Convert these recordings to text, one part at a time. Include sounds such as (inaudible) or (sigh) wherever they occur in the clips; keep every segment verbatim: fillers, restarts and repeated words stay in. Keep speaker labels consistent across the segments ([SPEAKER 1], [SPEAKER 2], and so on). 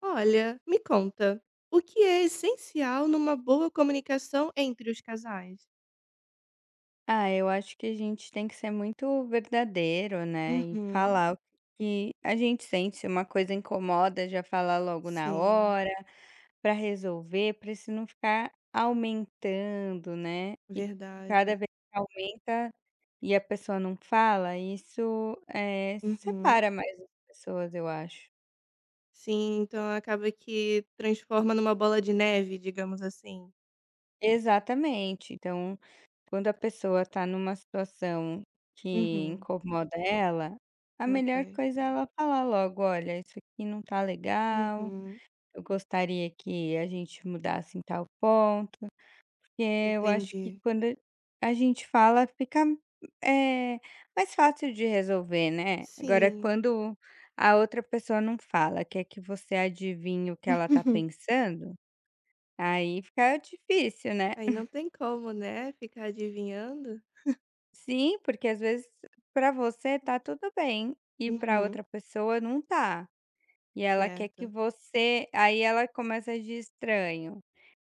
[SPEAKER 1] Olha, me conta, o que é essencial numa boa comunicação entre os casais?
[SPEAKER 2] Ah, eu acho que a gente tem que ser muito verdadeiro, né, e
[SPEAKER 1] Uhum,
[SPEAKER 2] falar o Uhum. que a gente sente, se uma coisa incomoda, já falar logo na
[SPEAKER 1] sim,
[SPEAKER 2] hora, para resolver, para isso não ficar aumentando, né, e cada
[SPEAKER 1] verdade.
[SPEAKER 2] vez que aumenta e a pessoa não fala, isso, eh,
[SPEAKER 1] Uhum.
[SPEAKER 2] separa mais as pessoas, eu acho.
[SPEAKER 1] Sim, então acaba que transforma numa bola de neve, digamos assim.
[SPEAKER 2] Exatamente, então, quando a pessoa está numa situação que
[SPEAKER 1] Uhum,
[SPEAKER 2] incomoda ela, a melhor
[SPEAKER 1] ok.
[SPEAKER 2] coisa é ela falar logo: "Olha, isso aqui não está legal,
[SPEAKER 1] Uhum,
[SPEAKER 2] eu gostaria que a gente mudasse em tal ponto", porque eu acho que
[SPEAKER 1] entendi.
[SPEAKER 2] quando a gente fala fica, eh, mais fácil de resolver, né. Agora,
[SPEAKER 1] Sim.
[SPEAKER 2] quando a outra pessoa não fala, quer que você adivinhe o que ela está
[SPEAKER 1] (laughs)
[SPEAKER 2] pensando, aí fica difícil, né.
[SPEAKER 1] Aí não tem como, né, ficar adivinhando.
[SPEAKER 2] Sim, porque às vezes para você tá tudo bem e para
[SPEAKER 1] Uhum,
[SPEAKER 2] outra pessoa não tá. E ela quer que
[SPEAKER 1] certo.
[SPEAKER 2] você, aí ela começa de estranho,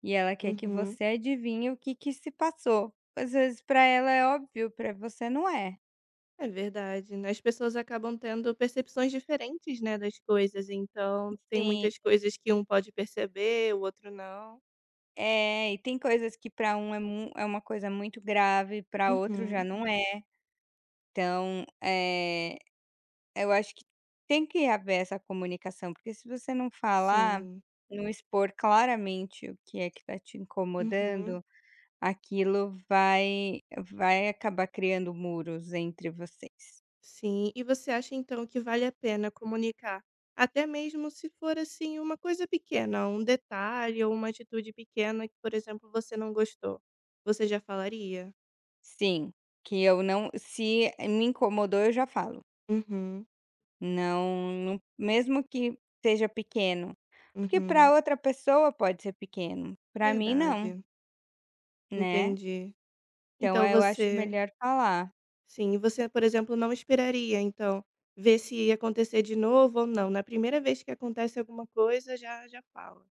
[SPEAKER 2] e ela quer que
[SPEAKER 1] Uhum.
[SPEAKER 2] você adivinhe o que que se passou. Às vezes para ela é óbvio, para você não é.
[SPEAKER 1] É verdade, né, as pessoas acabam tendo percepções diferentes, né, das coisas, então tem
[SPEAKER 2] Sim,
[SPEAKER 1] muitas coisas que um pode perceber, o outro não.
[SPEAKER 2] é, e tem coisas que para um é mu é uma coisa muito grave, para outro já
[SPEAKER 1] Uhum.
[SPEAKER 2] não é. Então, eh eu acho que tem que haver essa comunicação, porque se você não falar,
[SPEAKER 1] Sim.
[SPEAKER 2] não expor claramente o que é que está te
[SPEAKER 1] Uhum.
[SPEAKER 2] incomodando, aquilo vai vai acabar criando muros entre vocês.
[SPEAKER 1] Sim. E você acha então que vale a pena comunicar, até mesmo se for, assim, uma coisa pequena, um detalhe ou uma atitude pequena que, por exemplo, você não gostou, você já falaria?
[SPEAKER 2] Sim, que eu não, se me incomodou, eu já falo.
[SPEAKER 1] Uhum,
[SPEAKER 2] Não, não mesmo que seja pequeno, porque
[SPEAKER 1] uhum.
[SPEAKER 2] para outra pessoa pode ser pequeno, para mim não,
[SPEAKER 1] Verdade,
[SPEAKER 2] né?
[SPEAKER 1] entendi.
[SPEAKER 2] Então
[SPEAKER 1] Então
[SPEAKER 2] eu acho
[SPEAKER 1] você
[SPEAKER 2] melhor falar.
[SPEAKER 1] Sim, e você, por exemplo, não esperaria, então, ver se ia acontecer de novo ou não. Na primeira vez que acontece alguma coisa, já já fala.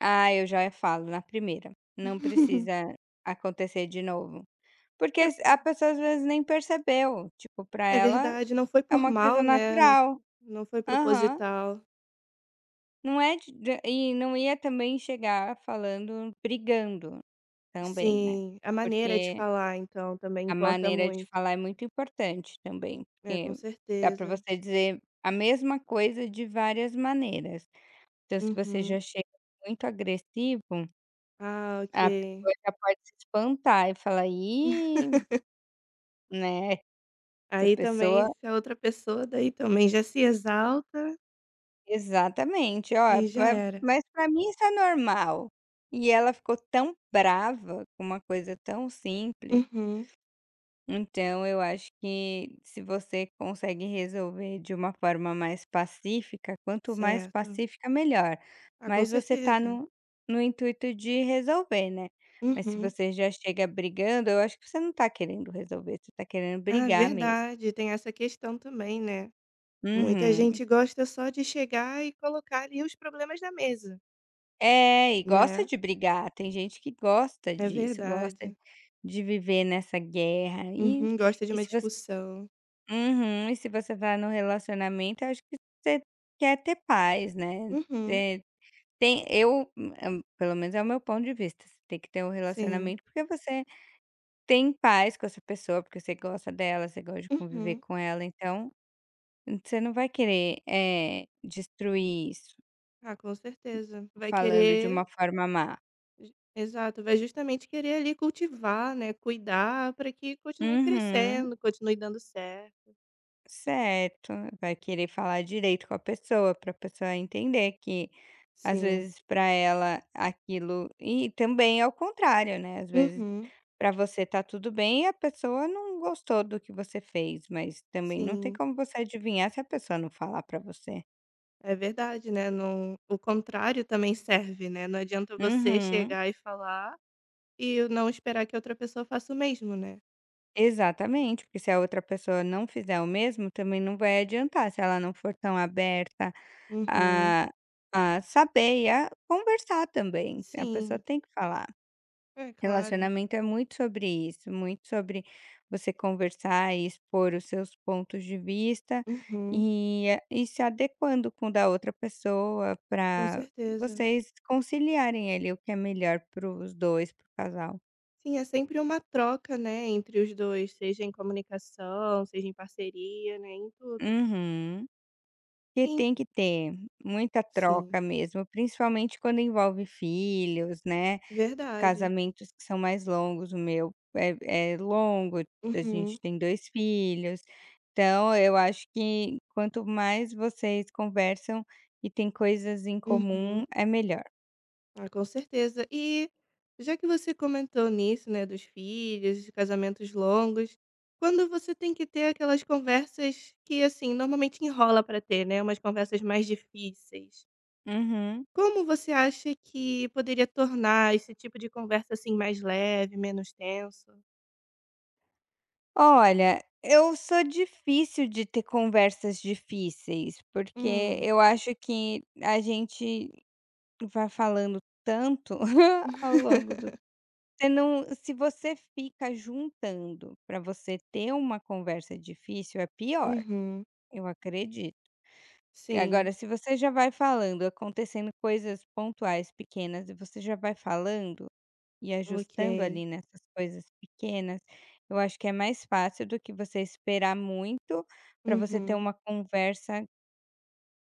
[SPEAKER 2] Ah, eu já falo na primeira, não
[SPEAKER 1] (laughs)
[SPEAKER 2] precisa acontecer de novo. Porque
[SPEAKER 1] É
[SPEAKER 2] s a pessoa às vezes nem percebeu, tipo, pra
[SPEAKER 1] é
[SPEAKER 2] ela
[SPEAKER 1] verdade, não foi
[SPEAKER 2] é
[SPEAKER 1] por
[SPEAKER 2] uma coisa
[SPEAKER 1] mal, né, não
[SPEAKER 2] natural.
[SPEAKER 1] não foi
[SPEAKER 2] Aham.
[SPEAKER 1] proposital.
[SPEAKER 2] Não é de de e não ia também chegar falando brigando também, né.
[SPEAKER 1] Sim, a maneira de
[SPEAKER 2] Porque
[SPEAKER 1] falar, então, também
[SPEAKER 2] a
[SPEAKER 1] importa
[SPEAKER 2] maneira de
[SPEAKER 1] muito.
[SPEAKER 2] falar é muito importante também,
[SPEAKER 1] É, com
[SPEAKER 2] porque dá pra
[SPEAKER 1] certeza.
[SPEAKER 2] você dizer a mesma coisa de várias maneiras. Então, se você
[SPEAKER 1] Uhum.
[SPEAKER 2] já chega muito agressivo,
[SPEAKER 1] Ah,
[SPEAKER 2] a
[SPEAKER 1] ok.
[SPEAKER 2] pessoa já pode se espantar e falar: "Ih", né, essa
[SPEAKER 1] Aí
[SPEAKER 2] pessoa,
[SPEAKER 1] também, se a outra pessoa daí também já se exalta,
[SPEAKER 2] exatamente, "Ó,
[SPEAKER 1] aí já
[SPEAKER 2] pa
[SPEAKER 1] era.
[SPEAKER 2] mas para mim isso é normal". E ela ficou tão brava com uma coisa tão simples,
[SPEAKER 1] Uhum,
[SPEAKER 2] então eu acho que se você consegue resolver de uma forma mais pacífica, quanto mais
[SPEAKER 1] certo.
[SPEAKER 2] pacífica melhor,
[SPEAKER 1] Ah, com
[SPEAKER 2] mas você tá
[SPEAKER 1] certeza.
[SPEAKER 2] no no intuito de resolver, né. Mas se
[SPEAKER 1] Uhum.
[SPEAKER 2] você já chega brigando, eu acho que você não tá querendo resolver, você tá querendo
[SPEAKER 1] Ah,
[SPEAKER 2] brigar mesmo.
[SPEAKER 1] verdade, tem essa questão também, né. Muita
[SPEAKER 2] Uhum.
[SPEAKER 1] gente gosta só de chegar e colocar ali os problemas na mesa,
[SPEAKER 2] É, e gosta
[SPEAKER 1] né.
[SPEAKER 2] de brigar, tem gente que gosta
[SPEAKER 1] É
[SPEAKER 2] disso, gosta
[SPEAKER 1] verdade.
[SPEAKER 2] de viver nessa guerra, e
[SPEAKER 1] Uhum, gosta de
[SPEAKER 2] e
[SPEAKER 1] uma
[SPEAKER 2] se você
[SPEAKER 1] discussão.
[SPEAKER 2] uhum, e se você tá no relacionamento, eu acho que você quer ter paz, né.
[SPEAKER 1] Uhum,
[SPEAKER 2] Você tem, eu, hã, pelo menos é o meu ponto de vista, você tem que ter um
[SPEAKER 1] sim.
[SPEAKER 2] relacionamento porque você tem paz com essa pessoa, porque você gosta dela, você gosta de conviver
[SPEAKER 1] Uhum.
[SPEAKER 2] com ela, então, hum, você não vai querer, é destruir isso
[SPEAKER 1] Ah, com certeza. Vai
[SPEAKER 2] falando de
[SPEAKER 1] querer
[SPEAKER 2] uma forma má.
[SPEAKER 1] ju exato, vai justamente querer ali cultivar, né, cuidar para que continue
[SPEAKER 2] Uhum.
[SPEAKER 1] crescendo, continue dando certo.
[SPEAKER 2] Certo, vai querer falar direito com a pessoa, para a pessoa entender que, às
[SPEAKER 1] Sim.
[SPEAKER 2] vezes, para ela aquilo, e também ao contrário, né, às vezes,
[SPEAKER 1] Uhum,
[SPEAKER 2] para você tá tudo bem e a pessoa não gostou do que você fez, mas também não tem
[SPEAKER 1] sim.
[SPEAKER 2] como você adivinhar se a pessoa não falar para você.
[SPEAKER 1] É verdade, né, não o contrário também serve, né, não adianta você
[SPEAKER 2] Uhum,
[SPEAKER 1] chegar e falar e não esperar que outra pessoa faça o mesmo, né.
[SPEAKER 2] exatamente, porque se a outra pessoa não fizer o mesmo, também não vai adiantar, se ela não for tão aberta
[SPEAKER 1] Uhum.
[SPEAKER 2] a a saber e a conversar também, a pessoa
[SPEAKER 1] Sim.
[SPEAKER 2] tem que falar.
[SPEAKER 1] É, claro.
[SPEAKER 2] Relacionamento é muito sobre isso, muito sobre você conversar e expor os seus pontos de vista,
[SPEAKER 1] Uhum.
[SPEAKER 2] e eh, e se adequando com o da outra pessoa
[SPEAKER 1] Com
[SPEAKER 2] para
[SPEAKER 1] certeza.
[SPEAKER 2] vocês conciliarem ali o que é melhor para os dois, para o casal.
[SPEAKER 1] Sim, é sempre uma troca, né, entre os dois, seja em comunicação, seja em parceria, né, em tudo.
[SPEAKER 2] Uhum. Porque
[SPEAKER 1] Em
[SPEAKER 2] tem que ter muita troca
[SPEAKER 1] sim,
[SPEAKER 2] mesmo, principalmente quando envolve filhos, né?
[SPEAKER 1] verdade.
[SPEAKER 2] Casamentos que são mais longos, o meu é é longo, a
[SPEAKER 1] Uhum,
[SPEAKER 2] gente tem dois filhos. Então eu acho que quanto mais vocês conversam e tem coisas em
[SPEAKER 1] uhum.
[SPEAKER 2] comum, é melhor.
[SPEAKER 1] Ah, com certeza. E já que você comentou nisso, né, dos filhos, de casamentos longos, quando você tem que ter aquelas conversas que, assim, normalmente enrola para ter, né, umas conversas mais difíceis,
[SPEAKER 2] Uhum.
[SPEAKER 1] como você acha que poderia tornar esse tipo de conversa, assim, mais leve, menos tenso?
[SPEAKER 2] Olha, eu sou difícil de ter conversas difíceis, porque
[SPEAKER 1] Hum.
[SPEAKER 2] eu acho que a gente vai falando tanto (laughs) ao
[SPEAKER 1] (laughs)
[SPEAKER 2] longo do Você não, se você fica juntando para você ter uma conversa difícil, é pior,
[SPEAKER 1] Uhum.
[SPEAKER 2] eu acredito.
[SPEAKER 1] Sim.
[SPEAKER 2] Agora, se você já vai falando, acontecendo coisas pontuais, pequenas, e você já vai falando e
[SPEAKER 1] Ok.
[SPEAKER 2] ajustando ali nessas coisas pequenas, eu acho que é mais fácil do que você esperar muito para você ter
[SPEAKER 1] Uhum.
[SPEAKER 2] uma conversa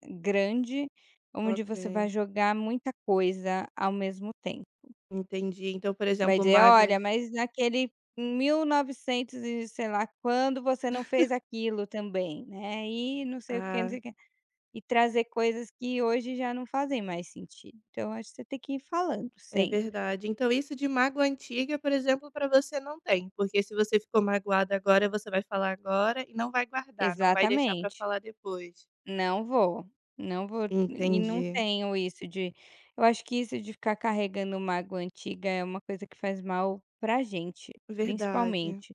[SPEAKER 2] grande, onde você vai
[SPEAKER 1] Ok.
[SPEAKER 2] jogar muita coisa ao mesmo tempo.
[SPEAKER 1] Entendi. Então, por
[SPEAKER 2] Vai
[SPEAKER 1] exemplo,
[SPEAKER 2] dizer: "Olha,
[SPEAKER 1] mágoas.
[SPEAKER 2] mas naquele em mil e novecentos e novecentos e sei lá quando, você não fez aquilo também, né, e não sei o que não
[SPEAKER 1] Ah.
[SPEAKER 2] sei o quê". E trazer coisas que hoje já não fazem mais sentido. Então acho que você tem que ir falando
[SPEAKER 1] É
[SPEAKER 2] sempre.
[SPEAKER 1] verdade. Então isso de mágoa antiga, por exemplo, para você não tem, porque se você ficou magoada agora, você vai falar agora e não vai guardar, não vai deixar para
[SPEAKER 2] Exatamente.
[SPEAKER 1] falar depois.
[SPEAKER 2] Não vou, não vou, e não
[SPEAKER 1] Entendi.
[SPEAKER 2] tenho isso de eu acho que isso de ficar carregando mágoa antiga é uma coisa que faz mal pra gente,
[SPEAKER 1] Verdade.
[SPEAKER 2] principalmente.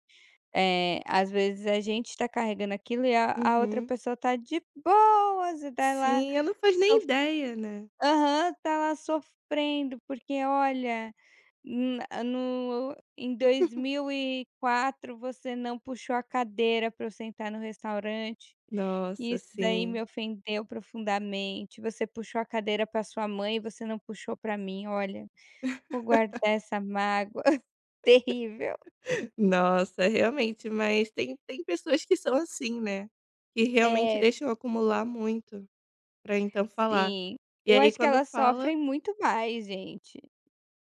[SPEAKER 2] Eh, às vezes a gente está carregando aquilo e a a outra
[SPEAKER 1] Uhum.
[SPEAKER 2] pessoa tá de boas e tá lá
[SPEAKER 1] Sim, eu não faz nem
[SPEAKER 2] sof
[SPEAKER 1] ideia, né.
[SPEAKER 2] aham, tá lá sofrendo, porque olha, na no em dois mil e quatro você não puxou a cadeira para eu sentar no restaurante, e
[SPEAKER 1] Nossa,
[SPEAKER 2] isso daí me
[SPEAKER 1] sim.
[SPEAKER 2] ofendeu profundamente, você puxou a cadeira para sua mãe e você não puxou para mim, olha, vou guardar essa mágoa. (laughs) Terrível.
[SPEAKER 1] Nossa, realmente, mas tem tem pessoas que são assim, né, que realmente
[SPEAKER 2] É.
[SPEAKER 1] deixam acumular muito para então falar.
[SPEAKER 2] Sim,
[SPEAKER 1] E
[SPEAKER 2] eu
[SPEAKER 1] aí
[SPEAKER 2] acho que
[SPEAKER 1] quando
[SPEAKER 2] elas
[SPEAKER 1] fala
[SPEAKER 2] sofrem muito mais, gente.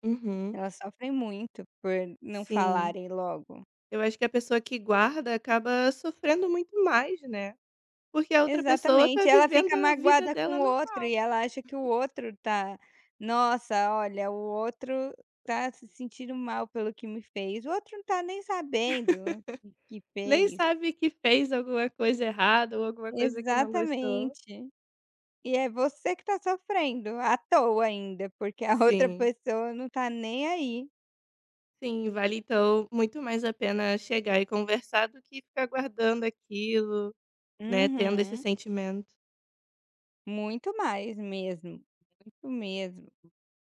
[SPEAKER 1] uhum,
[SPEAKER 2] Elas sofrem muito por não
[SPEAKER 1] sim.
[SPEAKER 2] falarem logo.
[SPEAKER 1] Eu acho que a pessoa que guarda acaba sofrendo muito mais, né, porque a outra pessoa tá
[SPEAKER 2] Exatamente, ela
[SPEAKER 1] vivendo
[SPEAKER 2] fica
[SPEAKER 1] a vida
[SPEAKER 2] magoada
[SPEAKER 1] dela
[SPEAKER 2] com o
[SPEAKER 1] normal,
[SPEAKER 2] outro e ela acha que o outro tá, nossa, olha, o outro tá se sentindo mal pelo que me fez, o outro não tá nem sabendo o que que
[SPEAKER 1] nem
[SPEAKER 2] fez.
[SPEAKER 1] sabe que fez alguma coisa errada ou alguma coisa que não gostou.
[SPEAKER 2] Exatamente. E é você que tá sofrendo, à toa ainda, porque a (laughs) outra
[SPEAKER 1] Sim,
[SPEAKER 2] pessoa não tá nem aí.
[SPEAKER 1] sim, vale então muito mais a pena chegar e conversar do que ficar guardando aquilo, né, tendo esse
[SPEAKER 2] Uhum.
[SPEAKER 1] sentimento.
[SPEAKER 2] Muito mais mesmo, muito mesmo.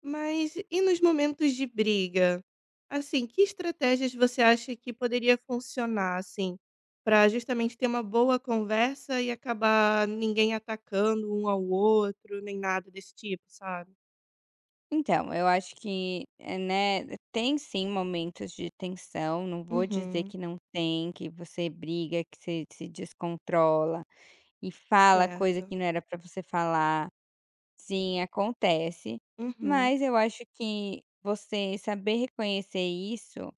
[SPEAKER 1] Mas e nos momentos de briga? Assim, que estratégias você acha que poderia funcionar, assim, para justamente ter uma boa conversa e acabar ninguém atacando um ao outro, nem nada desse tipo, sabe?
[SPEAKER 2] Então, eu acho que, eh, né, tem sim momentos de tensão, não vou dizer
[SPEAKER 1] Uhum.
[SPEAKER 2] que não tem, que você briga, que você se descontrola e fala coisa
[SPEAKER 1] Certo.
[SPEAKER 2] que não era pra você falar. Sim, acontece,
[SPEAKER 1] Uhum.
[SPEAKER 2] mas eu acho que você saber reconhecer isso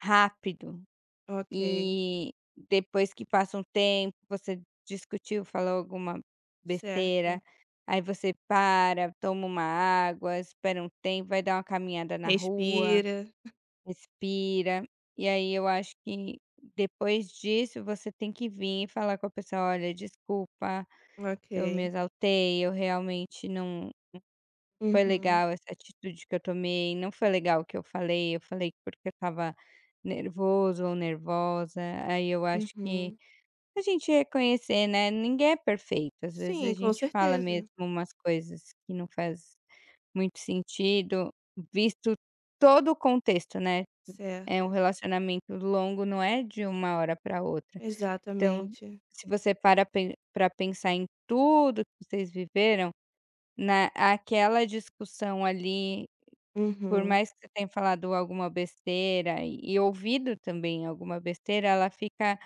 [SPEAKER 2] rápido.
[SPEAKER 1] Ok.
[SPEAKER 2] E depois que passa um tempo, você discutiu, falou alguma
[SPEAKER 1] Certo.
[SPEAKER 2] besteira, aí você para, toma uma água, espera um tempo, vai dar uma caminhada na rua,
[SPEAKER 1] Respira.
[SPEAKER 2] respira. E aí eu acho que depois disso você tem que vir e falar com a pessoa: olha, desculpa, eu me
[SPEAKER 1] Ok.
[SPEAKER 2] exaltei, eu realmente, não foi
[SPEAKER 1] Uhum.
[SPEAKER 2] legal essa atitude que eu tomei, não foi legal o que eu falei, eu falei porque eu estava nervoso ou nervosa. Aí eu acho que
[SPEAKER 1] Uhum.
[SPEAKER 2] a gente reconhecer, né, ninguém é perfeito, às vezes a
[SPEAKER 1] Sim, com
[SPEAKER 2] gente fala mesmo
[SPEAKER 1] certeza.
[SPEAKER 2] umas coisas que não faz muito sentido, visto todo o contexto, né, é um
[SPEAKER 1] Certo.
[SPEAKER 2] relacionamento longo, não é de uma hora para outra. Então,
[SPEAKER 1] Exatamente.
[SPEAKER 2] se você para para pensar em tudo que vocês viveram, na aquela discussão ali, por
[SPEAKER 1] Uhum.
[SPEAKER 2] mais que você tenha falado alguma besteira e e ouvido também alguma besteira, ela fica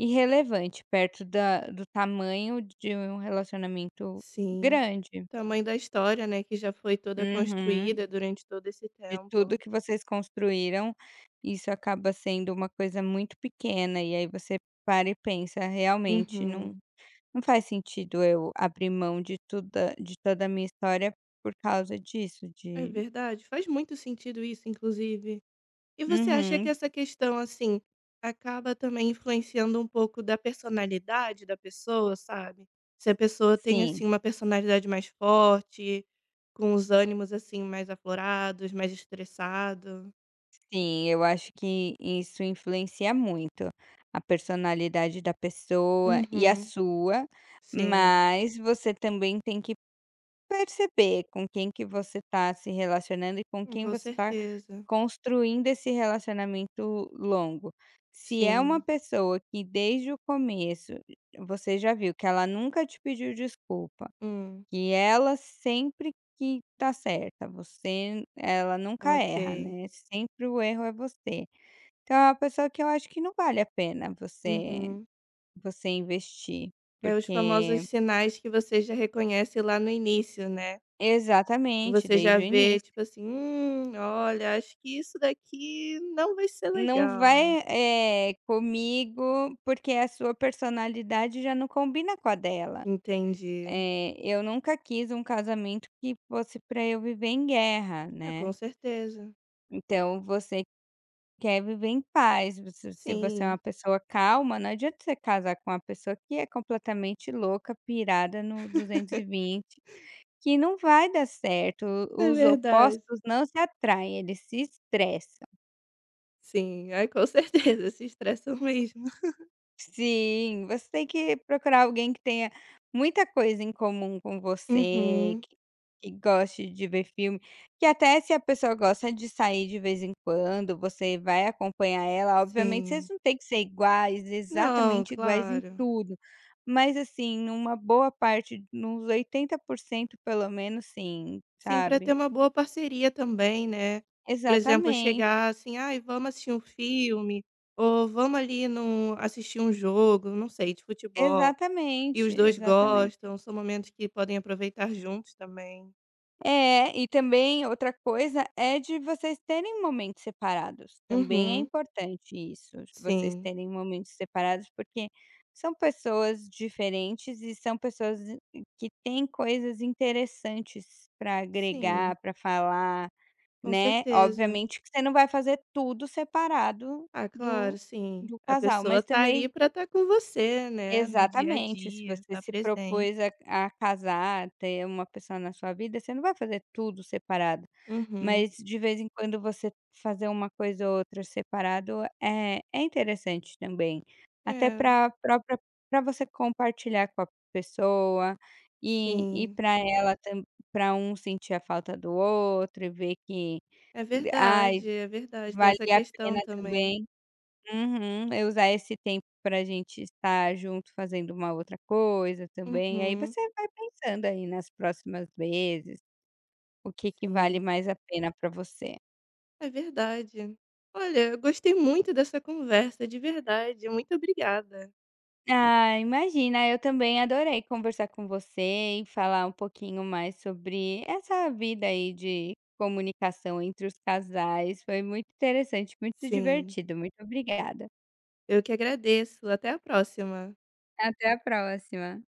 [SPEAKER 2] irrelevante, perto da do tamanho de um relacionamento
[SPEAKER 1] Sim.
[SPEAKER 2] grande.
[SPEAKER 1] Tamanho da história, né, que já foi toda
[SPEAKER 2] Uhum.
[SPEAKER 1] construída durante todo esse
[SPEAKER 2] De tudo
[SPEAKER 1] tempo.
[SPEAKER 2] que vocês construíram, isso acaba sendo uma coisa muito pequena, e aí você para e pensa: "Realmente não
[SPEAKER 1] Uhum.
[SPEAKER 2] não faz sentido eu abrir mão de tudo, de toda a minha história, por causa disso,
[SPEAKER 1] É
[SPEAKER 2] de".
[SPEAKER 1] verdade, faz muito sentido isso, inclusive. E você acha que
[SPEAKER 2] Uhum,
[SPEAKER 1] essa questão, assim, acaba também influenciando um pouco da personalidade da pessoa, sabe? Se a pessoa tem,
[SPEAKER 2] sim.
[SPEAKER 1] assim, uma personalidade mais forte, com os ânimos, assim, mais aflorados, mais estressado.
[SPEAKER 2] Sim, eu acho que isso influencia muito a personalidade da pessoa e a
[SPEAKER 1] Uhum.
[SPEAKER 2] sua,
[SPEAKER 1] Sim.
[SPEAKER 2] mas você também tem que perceber com quem que você está se relacionando e com
[SPEAKER 1] Hum,
[SPEAKER 2] quem
[SPEAKER 1] com
[SPEAKER 2] você está
[SPEAKER 1] certeza.
[SPEAKER 2] construindo esse relacionamento longo. Se é uma
[SPEAKER 1] Sim.
[SPEAKER 2] pessoa que desde o começo você já viu que ela nunca te pediu desculpa,
[SPEAKER 1] Hum.
[SPEAKER 2] que ela sempre que tá certa, você ela nunca erra,
[SPEAKER 1] Ok.
[SPEAKER 2] né? Sempre o erro é você. Então é uma pessoa que eu acho que não vale a pena você
[SPEAKER 1] Uhum.
[SPEAKER 2] você investir,
[SPEAKER 1] É os famosos
[SPEAKER 2] porque,
[SPEAKER 1] sinais que você já reconhece lá no início, né.
[SPEAKER 2] exatamente,
[SPEAKER 1] Você já
[SPEAKER 2] desde o
[SPEAKER 1] vê,
[SPEAKER 2] início.
[SPEAKER 1] tipo assim: "Hum, olha, acho que isso daqui não vai ser
[SPEAKER 2] Não
[SPEAKER 1] legal".
[SPEAKER 2] vai, eh, comigo, porque a sua personalidade já não combina com a dela.
[SPEAKER 1] Entendi.
[SPEAKER 2] Eh, eu nunca quis um casamento que fosse para eu viver em guerra,
[SPEAKER 1] Ah,
[SPEAKER 2] né.
[SPEAKER 1] com certeza.
[SPEAKER 2] Então você quer viver em paz, você se você é uma
[SPEAKER 1] Sim,
[SPEAKER 2] pessoa calma, não adianta você casar com uma pessoa que é completamente louca, pirada no
[SPEAKER 1] (laughs)
[SPEAKER 2] duzentos e vinte. Que não vai dar certo,
[SPEAKER 1] é
[SPEAKER 2] os
[SPEAKER 1] verdade.
[SPEAKER 2] opostos não se atraem, eles se estressam.
[SPEAKER 1] Sim, ai, com certeza, se estressam mesmo. (laughs)
[SPEAKER 2] Sim, você tem que procurar alguém que tenha muita coisa em comum com você,
[SPEAKER 1] Uhum,
[SPEAKER 2] que que goste de ver filme, que até, se a pessoa gosta de sair de vez em quando, você vai acompanhar ela, obviamente vocês
[SPEAKER 1] sim.
[SPEAKER 2] não têm que ser iguais,
[SPEAKER 1] Não,
[SPEAKER 2] exatamente iguais em
[SPEAKER 1] claro.
[SPEAKER 2] tudo, mas assim, numa boa parte, nos oitenta por cento pelo menos, sim,
[SPEAKER 1] Sim, para
[SPEAKER 2] sabe.
[SPEAKER 1] ter uma boa parceria também, né. Por exemplo,
[SPEAKER 2] Exatamente.
[SPEAKER 1] chegar assim: "Ai, vamos assistir um filme", ou "Vamos ali num assistir um jogo", não sei, de futebol, e
[SPEAKER 2] Exatamente,
[SPEAKER 1] os dois
[SPEAKER 2] exatamente.
[SPEAKER 1] gostam, são momentos que podem aproveitar juntos também.
[SPEAKER 2] É, e também outra coisa é de vocês terem momentos separados, também é
[SPEAKER 1] Uhum.
[SPEAKER 2] importante isso, vocês
[SPEAKER 1] Sim,
[SPEAKER 2] terem momentos separados, porque são pessoas diferentes e são pessoas i- que têm coisas interessantes para
[SPEAKER 1] sim,
[SPEAKER 2] agregar, para falar,
[SPEAKER 1] com
[SPEAKER 2] né.
[SPEAKER 1] certeza.
[SPEAKER 2] Obviamente que você não vai fazer tudo separado
[SPEAKER 1] Ah, claro,
[SPEAKER 2] do
[SPEAKER 1] sim.
[SPEAKER 2] do
[SPEAKER 1] A
[SPEAKER 2] casal,
[SPEAKER 1] pessoa
[SPEAKER 2] mas
[SPEAKER 1] tá
[SPEAKER 2] também.
[SPEAKER 1] ali pra estar com você, né, no dia a
[SPEAKER 2] Exatamente, se
[SPEAKER 1] dia,
[SPEAKER 2] você
[SPEAKER 1] tá
[SPEAKER 2] se
[SPEAKER 1] presente.
[SPEAKER 2] propôs a a casar, ter uma pessoa na sua vida, você não vai fazer tudo separado,
[SPEAKER 1] Uhum.
[SPEAKER 2] mas de vez em quando você fazer uma coisa ou outra separado é é interessante também, até
[SPEAKER 1] É,
[SPEAKER 2] para própria, para você compartilhar com a pessoa, e e
[SPEAKER 1] sim.
[SPEAKER 2] para ela, para um sentir a falta do outro e ver que,
[SPEAKER 1] É
[SPEAKER 2] ai,
[SPEAKER 1] verdade, é verdade, tem
[SPEAKER 2] vale
[SPEAKER 1] essa
[SPEAKER 2] a
[SPEAKER 1] questão
[SPEAKER 2] pena
[SPEAKER 1] também.
[SPEAKER 2] também. Uhum. Eu usar esse tempo pra gente estar junto fazendo uma outra coisa também, aí
[SPEAKER 1] Uhum,
[SPEAKER 2] você vai pensando aí nas próximas vezes, o que que vale
[SPEAKER 1] sim,
[SPEAKER 2] mais a pena pra você.
[SPEAKER 1] é verdade. Olha, eu gostei muito dessa conversa, de verdade, muito obrigada.
[SPEAKER 2] Ah, imagina, eu também adorei conversar com você e falar um pouquinho mais sobre essa vida aí de comunicação entre os casais, foi muito interessante, muito
[SPEAKER 1] Sim,
[SPEAKER 2] divertido, muito obrigada.
[SPEAKER 1] eu que agradeço, até a próxima.
[SPEAKER 2] Até a próxima.